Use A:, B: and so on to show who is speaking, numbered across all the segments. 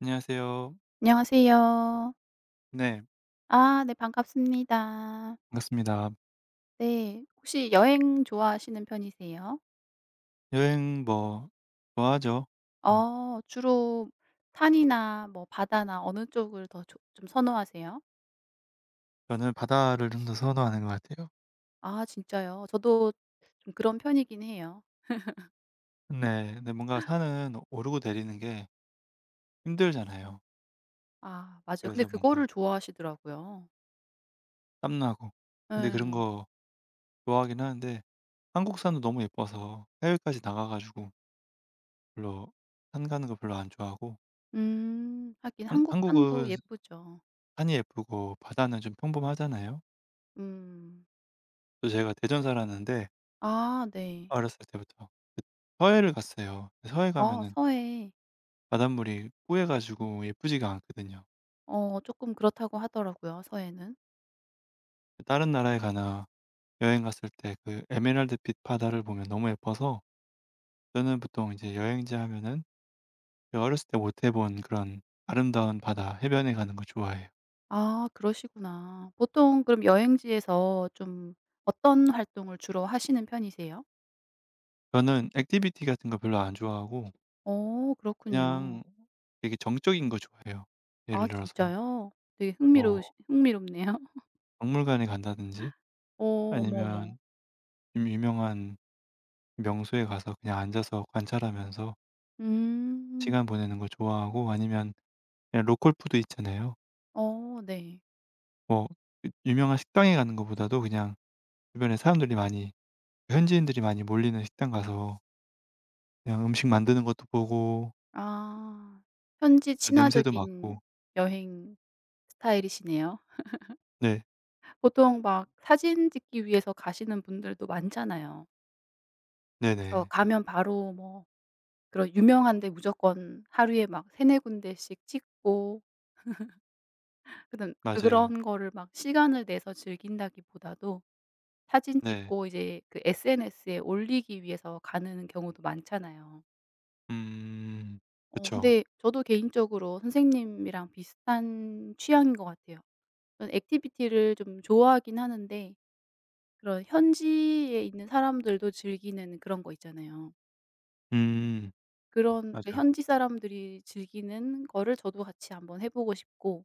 A: 안녕하세요.
B: 안녕하세요.
A: 네,
B: 네, 반갑습니다.
A: 반갑습니다.
B: 네. 혹시 여행 좋아하시는 편이세요?
A: 여행 뭐 좋아하죠? 네.
B: 어, 주로 산이나 뭐 바다나 어느 쪽을 더 좀 선호하세요?
A: 저는 바다를 좀 더 선호하는 것 같아요.
B: 아, 진짜요? 저도 좀 그런 편이긴 해요.
A: 네, 근데 뭔가 산은 오르고 내리는 게 힘들잖아요.
B: 아, 맞아요. 근데
A: 그래서
B: 그거를
A: 뭔가
B: 좋아하시더라고요.
A: 땀나고. 근데 그런
B: 네.
A: 거 좋아하긴 하는데 한국 산도 너무 예뻐서 해외까지 나가 가지고 별로 산 가는 거 별로 안 좋아하고
B: 음. 하긴
A: 한,
B: 한국 산도
A: 한국은
B: 예쁘죠.
A: 산이 예쁘고 바다는 좀 평범하잖아요.
B: 음.
A: 또 제가 대전 살았는데
B: 아, 네.
A: 어렸을 때부터 그 서해를 갔어요. 서해
B: 아,
A: 가면은
B: 서해.
A: 바닷물이 뿌해가지고 예쁘지가 않거든요.
B: 어, 조금 그렇다고 하더라고요, 서해는.
A: 다른 나라에 가나 여행 갔을 때 그 에메랄드빛 바다를 보면 너무 예뻐서 저는 보통 이제 여행지 하면은 어렸을 때 못 해본 그런 아름다운 바다, 해변에 가는 거 좋아해요.
B: 아, 그러시구나. 보통 그럼 여행지에서 좀 어떤 활동을 주로 하시는 편이세요?
A: 저는 액티비티 같은 거 별로 안 좋아하고
B: 어, 그렇군요.
A: 그냥 되게 정적인 거 좋아해요.
B: 아,
A: 예를 들어서
B: 진짜요? 되게 흥미로우
A: 뭐
B: 흥미롭네요.
A: 박물관에 간다든지
B: 어, 어머, 어머.
A: 아니면 좀 유명한 명소에 가서 그냥 앉아서 관찰하면서
B: 음.
A: 시간 보내는 거 좋아하고 아니면 그냥 로컬 푸드 있잖아요.
B: 어, 네.
A: 뭐 유명한 식당에 가는 것보다도 그냥 주변에 사람들이 많이 현지인들이 많이 몰리는 식당 가서 그냥 음식 만드는 것도 보고
B: 아, 현지
A: 그 냄새도
B: 친화적인
A: 맡고
B: 여행 스타일이시네요.
A: 네.
B: 보통 막 사진 찍기 위해서 가시는 분들도 많잖아요. 그래서
A: 네네.
B: 가면 바로 뭐 그런 유명한 데 무조건 하루에 막 3-4 군데씩 찍고 그런
A: 맞아요.
B: 그런 거를 막 시간을 내서 즐긴다기보다도 사진
A: 네.
B: 찍고 이제 그 SNS에 올리기 위해서 가는 경우도 많잖아요.
A: 음.
B: 어,
A: 그쵸.
B: 근데 저도 개인적으로 선생님이랑 비슷한 취향인 것 같아요. 저는 액티비티를 좀 좋아하긴 하는데 그런 현지에 있는 사람들도 즐기는 그런 거 있잖아요.
A: 음.
B: 그런 그
A: 맞아.
B: 현지 사람들이 즐기는 거를 저도 같이 한번 해 보고 싶고,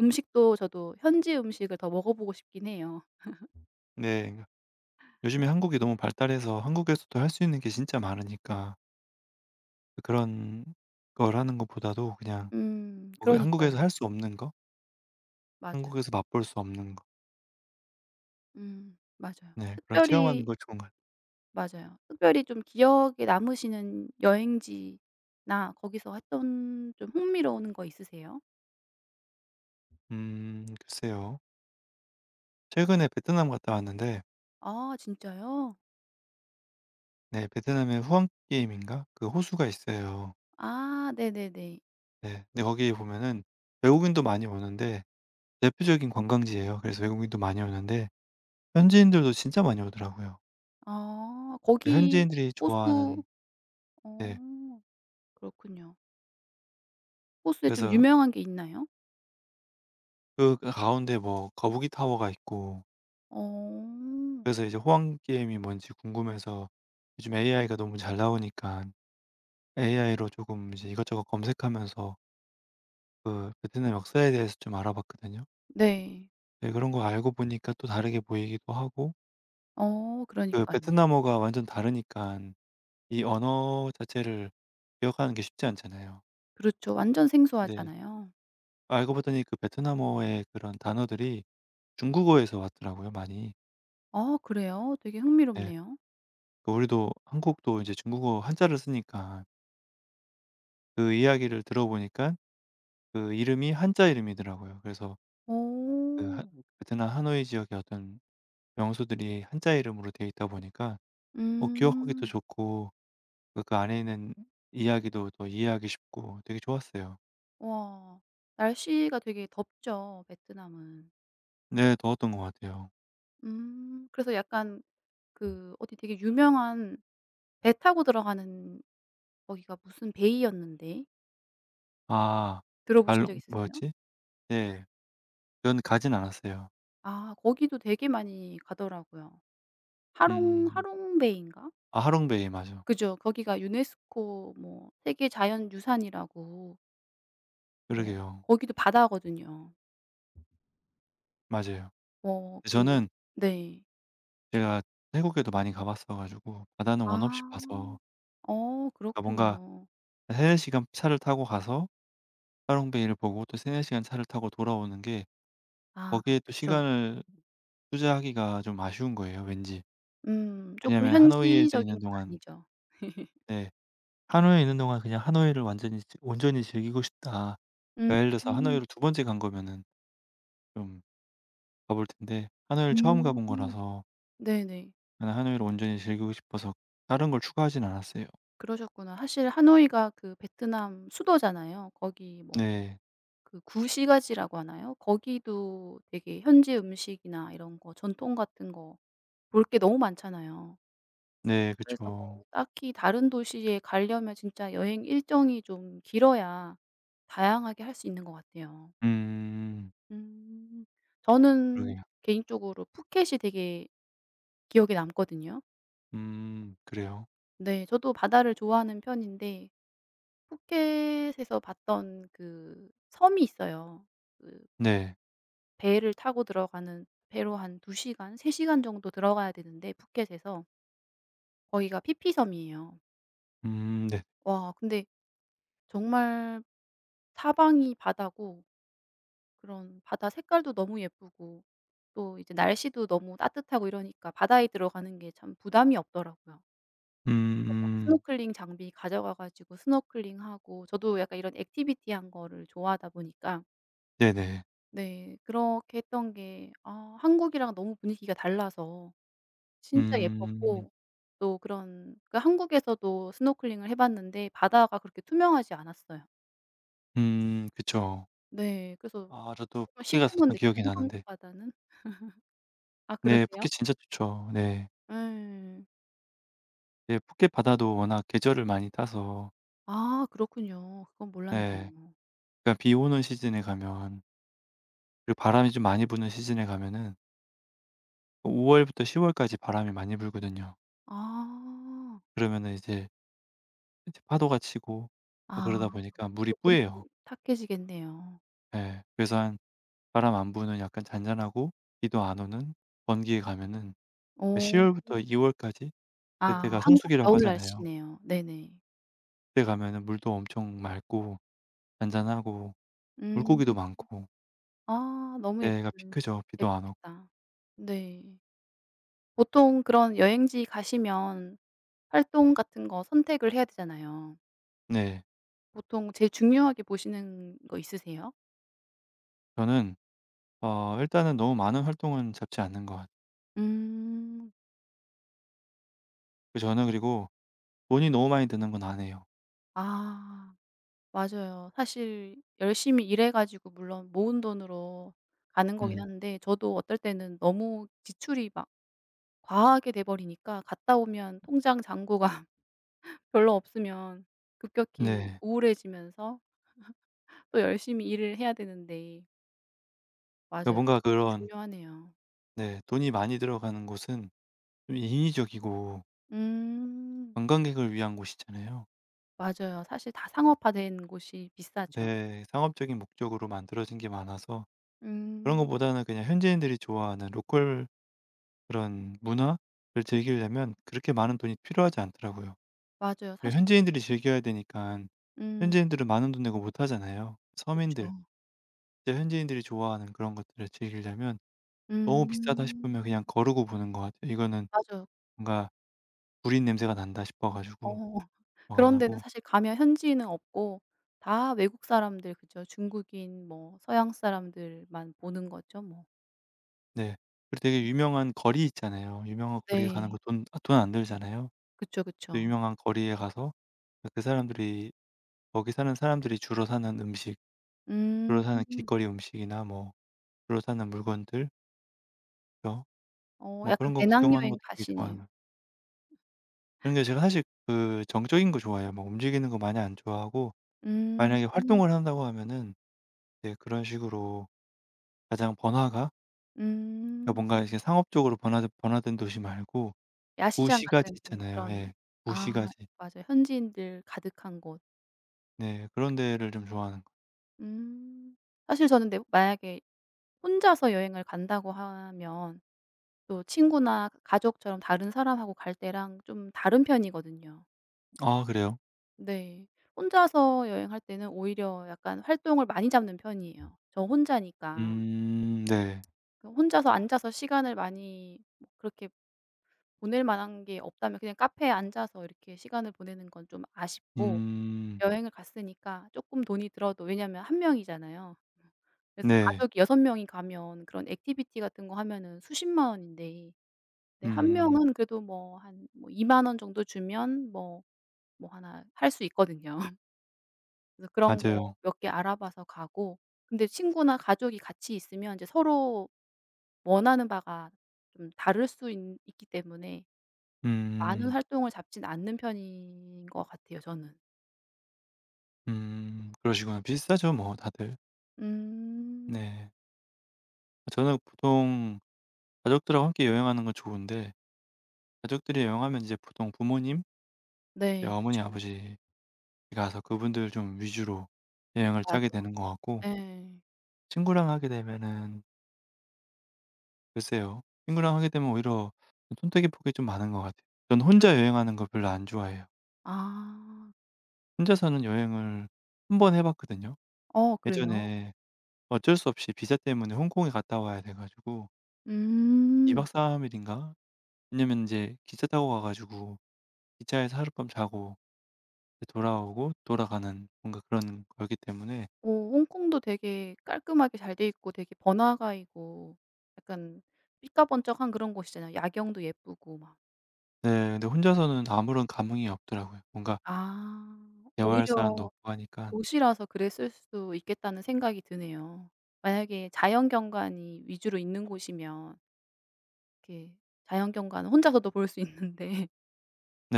B: 음식도 저도 현지 음식을 더 먹어 보고 싶긴 해요.
A: 네. 그러니까 요즘에 한국이 너무 발달해서 한국에서도 할 수 있는 게 진짜 많으니까 그런 걸 하는 것보다도 그냥
B: 음,
A: 뭐 그 한국에서
B: 그러니까요.
A: 할 수 없는 거,
B: 맞아요.
A: 한국에서 맛볼 수 없는 거
B: 음, 맞아요.
A: 네 그런 체험하는
B: 특별히
A: 거 좋은 것 같아요.
B: 맞아요. 특별히 좀 기억에 남으시는 여행지나 거기서 했던 좀 흥미로운 거 있으세요?
A: 음. 글쎄요. 최근에 베트남 갔다 왔는데
B: 아, 진짜요?
A: 네 베트남에 후앙게임인가 그 호수가 있어요.
B: 아, 네네네.
A: 네. 근데 거기에 보면은 외국인도 많이 오는데 대표적인 관광지예요. 그래서 외국인도 많이 오는데 현지인들도 진짜 많이 오더라고요.
B: 아,
A: 그
B: 거기
A: 현지인들이
B: 호수.
A: 좋아하는 네
B: 어, 그렇군요. 호수에 좀
A: 그래서
B: 유명한 게 있나요?
A: 그 가운데 뭐 거북이 타워가 있고
B: 어,
A: 그래서 이제 호황게임이 뭔지 궁금해서 요즘 AI가 너무 잘 나오니까 AI로 조금 이제 이것저것 검색하면서 그 베트남 역사에 대해서 좀 알아봤거든요.
B: 네.
A: 네 그런 거 알고 보니까 또 다르게 보이기도 하고
B: 어,
A: 그
B: 그러니까요.
A: 베트남어가 완전 다르니까 이 언어 자체를 기억하는 게 쉽지 않잖아요.
B: 그렇죠. 완전
A: 근데
B: 생소하잖아요.
A: 알고 봤더니 그 베트남어의 그런 단어들이 중국어에서 왔더라고요 많이.
B: 아, 그래요? 되게
A: 네,
B: 흥미롭네요.
A: 그 우리도 한국도 이제 중국어 한자를 쓰니까 그 이야기를 들어보니까 그 이름이 한자 이름이더라고요. 그래서 그 하
B: 오.
A: 베트남 하노이 지역의 어떤 명소들이 한자 이름으로 되어 있다 보니까 어 기억하기도
B: 음.
A: 좋고 그 안에 있는 이야기도 더 이해하기 쉽고 되게 좋았어요.
B: 와. 날씨가 되게 덥죠, 베트남은.
A: 네 더웠던 것 같아요.
B: 음, 그래서 약간 그 어디 되게 유명한 배 타고 들어가는 거기가 무슨 베이였는데
A: 아
B: 들어보신
A: 갈
B: 적 있으세요?
A: 뭐였지? 네. 전 가진 않았어요.
B: 아, 거기도 되게 많이 가더라고요.
A: 음.
B: 하롱베이인가?
A: 아 하롱베이 맞아.
B: 그죠. 거기가 유네스코 뭐 세계 자연유산이라고. 뭐
A: 그러게요.
B: 거기도 바다거든요.
A: 맞아요.
B: 뭐 그
A: 저는
B: 네.
A: 제가 태국에도 많이 가 봤어 가지고 바다는 원 없이
B: 아.
A: 봐서
B: 어,
A: 그러니까 뭔가
B: 그렇군요.
A: 3-4 시간 차를 타고 가서 하롱베이를 보고 또 3-4 시간 차를 타고 돌아오는 게
B: 아,
A: 거기에 또
B: 그쵸.
A: 시간을 투자하기가 좀 아쉬운 거예요 왠지.
B: 음. 조금
A: 왜냐하면 하노이에서
B: 현지적인
A: 있는
B: 건
A: 동안
B: 아니죠.
A: 네. 하노이에 있는 동안 그냥 '하노이를 완전히 온전히 즐기고 싶다.'
B: 음.
A: 그러니까 예를 들어서 하노이로 2번째 간 거면은 좀 가볼 텐데 하노이를 처음
B: 음.
A: 가본 거라서
B: 네네.
A: 저는 하노이를 온전히 즐기고 싶어서 다른 걸 추가하진 않았어요.
B: 그러셨구나. 사실 하노이가 그 베트남 수도잖아요. 거기 뭐
A: 네.
B: 그 구시가지라고 하나요? 거기도 되게 현지 음식이나 이런 거 전통 같은 거 볼 게 너무 많잖아요.
A: 네
B: 그래서
A: 그쵸.
B: 딱히 다른 도시에 가려면 진짜 여행 일정이 좀 길어야 다양하게 할 수 있는 것 같아요.
A: 음.
B: 음.
A: 그러게
B: 저는
A: 요
B: 개인적으로 푸켓이 되게 기억에 남거든요.
A: 그래요?
B: 네. 저도 바다를 좋아하는 편인데 푸켓에서 봤던 그 섬이 있어요. 그
A: 네.
B: 배를 타고 들어가는, 배로 한 2 시간, 3 시간 정도 들어가야 되는데 푸켓에서. 거기가 피피섬이에요.
A: 네.
B: 와, 근데 정말 사방이 바다고 그런 바다 색깔도 너무 예쁘고 또 이제 날씨도 너무 따뜻하고 이러니까 바다에 들어가는 게 참 부담이 없더라고요. 막
A: 음음.
B: 스노클링 장비 가져가 가지고 스노클링하고, 저도 약간 이런 액티비티한 거를 좋아하다 보니까
A: 네네.
B: 네 그렇게 했던 게, 아 한국이랑 너무 분위기가 달라서 진짜
A: 음.
B: 예뻤고. 또 그런 그 한국에서도 스노클링을 해 봤는데 바다가 그렇게 투명하지 않았어요.
A: 그쵸.
B: 네. 그래서
A: 아 저도
B: 좀
A: 푸켓
B: 시커먼
A: 갔었던 기억이
B: 느낌, 한국
A: 나는데.
B: 바다는. 아,
A: 네
B: 그러세요?
A: 푸켓 진짜 좋죠. 네.
B: 예.
A: 네 푸켓 바다도 워낙 계절을 많이 따서
B: 아, 그렇군요. 그건
A: 예.
B: 몰랐네요.
A: 그러니까 비 오는 시즌에 가면 그리고 바람이 좀 많이 부는 시즌에 가면은 5 월부터 10 월까지 바람이 많이 불거든요.
B: 아.
A: 그러면은 이제 파도가 치고 어
B: 아,
A: 그러다 보니까 물이
B: 그럼 물이
A: 뿌예요.
B: 좀 탁해지겠네요.
A: 예. 그래서 한 바람 안 부는 약간 잔잔하고 비도 안 오는 건기에 가면은 그 10
B: 어.
A: 월부터 2 월까지
B: 아,
A: 그때가
B: 한국
A: 성수기라고
B: 겨울
A: 하잖아요.
B: 날씨네요. 네네.
A: 그때 가면은 물도 엄청 맑고 잔잔하고
B: 음.
A: 물고기도 많고
B: 아, 너무
A: 그때가
B: 예쁜
A: 피크죠, 비도 안 오고.
B: 예쁘겠다. 네. 보통 그런 여행지 가시면 활동 같은 거 선택을 해야 되잖아요.
A: 네.
B: 보통 제일 중요하게 보시는 거 있으세요?
A: 저는 어 일단은 너무 많은 활동은 잡지 않는 것 같아요.
B: 음.
A: 그 저는 그리고 돈이 너무 많이 드는 건 안 해요.
B: 아, 맞아요. 사실 열심히 일해 가지고 물론 모은 돈으로 가는 거긴
A: 음.
B: 한데, 저도 어떨 때는 너무 지출이 막 과하게 돼 버리니까 갔다 오면 통장 잔고가 별로 없으면 급격히
A: 네.
B: 우울해지면서 또 열심히 일을 해야 되는데.
A: 그러니까
B: 맞아요.
A: 뭔가
B: 그것도
A: 그런
B: 중요하네요.
A: 네 돈이 많이 들어가는 곳은 좀 인위적이고
B: 음.
A: 관광객을 위한 곳이잖아요.
B: 맞아요. 사실 다 상업화된 곳이 비싸죠.
A: 네. 상업적인 목적으로 만들어진 게 많아서 그런
B: 음.
A: 것보다는 그냥 현지인들이 좋아하는 로컬 그런 문화를 즐기려면 그렇게 많은 돈이 필요하지 않더라고요.
B: 맞아요.
A: 그리고
B: 사실.
A: 현지인들이 즐겨야 되니깐
B: 음,
A: 현지인들은 많은 돈 내고 못 하잖아요.
B: 그쵸.
A: 서민들, 진짜 현지인들이 좋아하는 그런 것들을 즐기려면 너무 비싸다
B: 음.
A: 싶으면 그냥 거르고 보는 것 같아요. 이거는
B: 맞아요.
A: 뭔가 '불린 냄새가 난다.' 싶어
B: 어.
A: 가지고 뭐 안
B: 그런 데는
A: 하고
B: 사실 가면 현지인은 없고 다 외국 사람들 그죠. 중국인 뭐 서양 사람들만 보는 거죠 뭐.
A: 네. 그리고 되게 유명한 거리 있잖아요. 유명한 거리에 가는
B: 네.
A: 거 돈 돈 안 들잖아요.
B: 그쵸,
A: 그
B: 그쵸.
A: 유명한 거리에 가서 그 사람들이 거기 사는 사람들이 주로 사는 음식,
B: 음.
A: 주로 사는 길거리 음식이나 뭐 주로 사는 물건들 벼
B: 어,
A: 뭐
B: 약간
A: 그런 거 구경하는
B: 배낭여행
A: 것도 되게
B: 밭이네요.
A: 좋아하는 그런게 제가 사실 그 정적인 거 좋아해요. 막 움직이는 거 많이 안 좋아하고
B: 음.
A: 만약에 활동을 한다고 하면은 이제 그런 식으로 가장 번화가 그러니까
B: 음.
A: 뭔가 이제 상업적으로 번화된 도시 말고
B: 야시장
A: 구시가지
B: 같은
A: 있잖아요.
B: 그런.
A: 예.
B: 아,
A: 구시가지.
B: 맞아요. 현지인들 가득한 곳.
A: 네. 그런 데를 좀 좋아하는 거
B: 음. 사실 저는 근데 만약에 혼자서 여행을 간다고 하면 또 친구나 가족처럼 다른 사람하고 갈 때랑 좀 다른 편이거든요.
A: 아 그래요?
B: 네. 혼자서 여행할 때는 오히려 약간 활동을 많이 잡는 편이에요. 저 혼자니까.
A: 네.
B: 그 혼자서 앉아서 시간을 많이 뭐 그렇게 보낼 만한 게 없다면 그냥 카페에 앉아서 이렇게 시간을 보내는 건 좀 아쉽고.
A: 음
B: 여행을 갔으니까 쪼끔 돈이 들어도, 왜냐면 한 명이잖아요. 그래서
A: 네.
B: 가족이 6 명이 가면 그런 액티비티 같은 거 하면은 수십만 원인데, 네 한
A: 음
B: 명은 그래도 뭐 한 뭐2만 원 정도 주면 뭐 뭐 하나 할 수 있거든요. 그래서 그런 거
A: 맞아요.
B: 몇 개 알아봐서 가고. 근데 친구나 가족이 같이 있으면 이제 서로 원하는 바가 좀 다를 수 있 있기 때문에 많은
A: 음.
B: 활동을 잡진 않는 편인 것 같아요 저는.
A: 그러시구나. 비싸죠 뭐 다들.
B: 음.
A: 네. 저는 보통 가족들하고 함께 여행하는 건 좋은데 가족들이 여행하면 이제 보통 부모님, 이제
B: 네,
A: 어머니,
B: 그쵸.
A: 아버지 가서 그분들 좀 위주로 여행을
B: 맞아.
A: 짜게 되는 것 같고
B: 예.
A: 친구랑 하게 되면은 글쎄요. 친구랑 하게 되면 오히려 선택의 폭이 좀 많은 것 같아요. 전 혼자 여행하는 거 별로 안 좋아해요.
B: 아.
A: 혼자서는 여행을 1번 해 봤거든요.
B: 어, 그래요?
A: 예전에 어쩔 수 없이 비자 때문에 홍콩에 갔다 와야 돼 가지고 2박
B: 음.
A: 3 일인가? 왜냐면 이제 기차 타고 가 가지고 기차에서 하룻밤 자고 이제 돌아오고 돌아가는 뭔가 그런 거였기 때문에
B: 어, 홍콩도 되게 깔끔하게 잘 돼 있고 되게 번화가이고 약간 삐까번쩍한 그런 곳이잖아요. 야경도 예쁘고 막.
A: 네 근데 혼자서는 아무런 감흥이 없더라고요. 뭔가
B: 아.
A: 대화할 사람도
B: 오히려
A: 없고 하니까.
B: 도시라서 그랬을 수도 있겠다는 생각이 드네요. 만약에 자연 경관이 위주로 있는 곳이면 이렇게 자연 경관을 혼자서도 볼 수 있는데,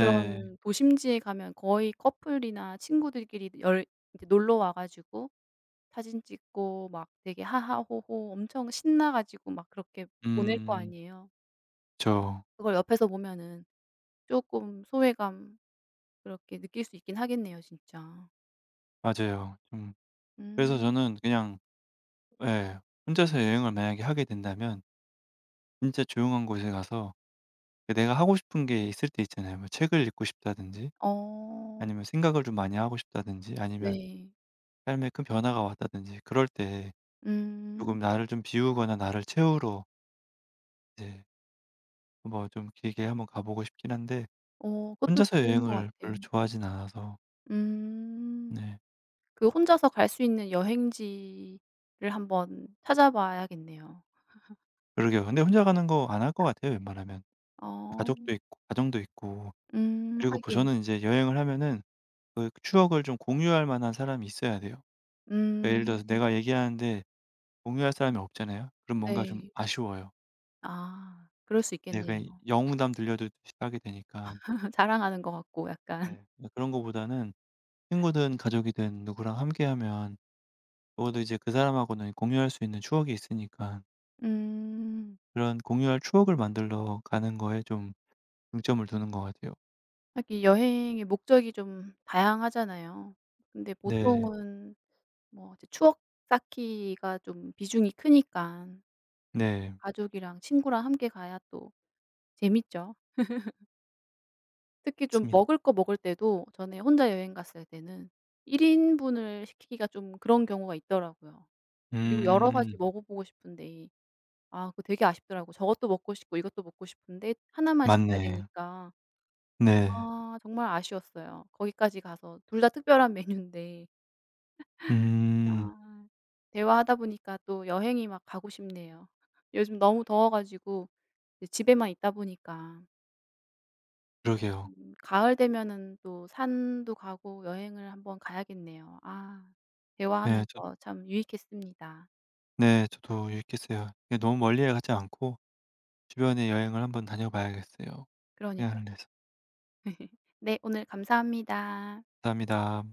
B: 그런 도심지에 가면 거의 커플이나 친구들끼리 열 이제 놀러 와 가지고 사진 찍고 막 되게 하하호호 엄청 신나 가지고 막 그렇게 보낼 거
A: 음.
B: 아니에요.
A: 저
B: 그걸 옆에서 보면은 쪼끔 소외감 그렇게 느낄 수 있긴 하겠네요 진짜.
A: 맞아요. 좀 그래서
B: 음.
A: 저는 그냥 예. 혼자서 여행을 만약에 하게 된다면 진짜 조용한 곳에 가서 그 내가 하고 싶은 게 있을 때 있잖아요. 뭐 책을 읽고 싶다든지
B: 어.
A: 아니면 생각을 좀 많이 하고 싶다든지 아니면
B: 네.
A: 삶에 큰 변화가 왔다든지 그럴 때
B: 음.
A: 조금 나를 좀 비우거나 나를 채우러 이제 뭐 좀 길게 한번 가보고 싶긴 한데
B: 어, 그것도
A: 혼자서
B: 좋은 것
A: 여행을
B: 같아요.
A: 별로 좋아하진 않아서
B: 음.
A: 네.
B: 그 혼자서 갈 수 있는 여행지를 한번 찾아봐야겠네요.
A: 그러게요. 근데 혼자 가는 거 안 할 것 같아요 웬만하면.
B: 어.
A: 가족도 있고 가정도 있고
B: 음,
A: 그리고 보
B: 하긴.
A: 저는 이제 여행을 하면은 그 추억을 좀 공유할 만한 사람이 있어야 돼요. 그러니까 예를
B: 음,
A: 들어서 내가 얘기하는데 공유할 사람이 없잖아요. 그럼 뭔가 좀
B: 네.
A: 아쉬워요.
B: 아, 그럴 수
A: 네 그냥
B: 있겠네요.
A: 영웅담 들려주듯이 하게 되니까
B: 자랑하는 것 같고 약간.
A: 네. 네 그런 거보다는 친구든 가족이든 누구랑 함께하면 적어도 이제 그 사람하고는 공유할 수 있는 추억이 있으니까
B: 음,
A: 그런 공유할 추억을 만들러 가는 거에 좀 중점을 두는 것 같아요.
B: 하긴 여행의 목적이 좀 다양하잖아요. 근데
A: 네.
B: 보통은 뭐 이제 추억 쌓기가 좀 비중이 크니까
A: 네.
B: 가족이랑 친구랑 함께 가야 또 재밌죠. 특히 좀
A: 맞습니다.
B: 먹을 거 먹을 때도 전에 혼자 여행 갔을 때는 1 인분을 시키기가 좀 그런 경우가 있더라고요. 그리고 여러 가지
A: 음.
B: 먹어보고 싶은데 아 그거 되게 아쉽더라고, 저것도 먹고 싶고 이것도 먹고 싶은데 하나만 시켜야
A: 맞네.
B: 되니까.
A: 네.
B: 아, 정말 아쉬웠어요. 거기까지 가서 둘 다 특별한 메뉴인데.
A: 음.
B: 아, 대화하다 보니까 또 여행이 막 가고 싶네요. 요즘 너무 더워 가지고 이제 집에만 있다 보니까.
A: 그러게요.
B: 음, 가을 되면은 또 산도 가고 여행을 한번 가야겠네요. 아,
A: 네.
B: 대화하면서 참 유익했습니다.
A: 네. 저도 유익했어요. 예 너무 멀리 가지 않고 주변에 여행을 한번 다녀 봐야겠어요.
B: 그러니까
A: 시간을 내서.
B: 네 오늘 감사합니다.
A: 감사합니다.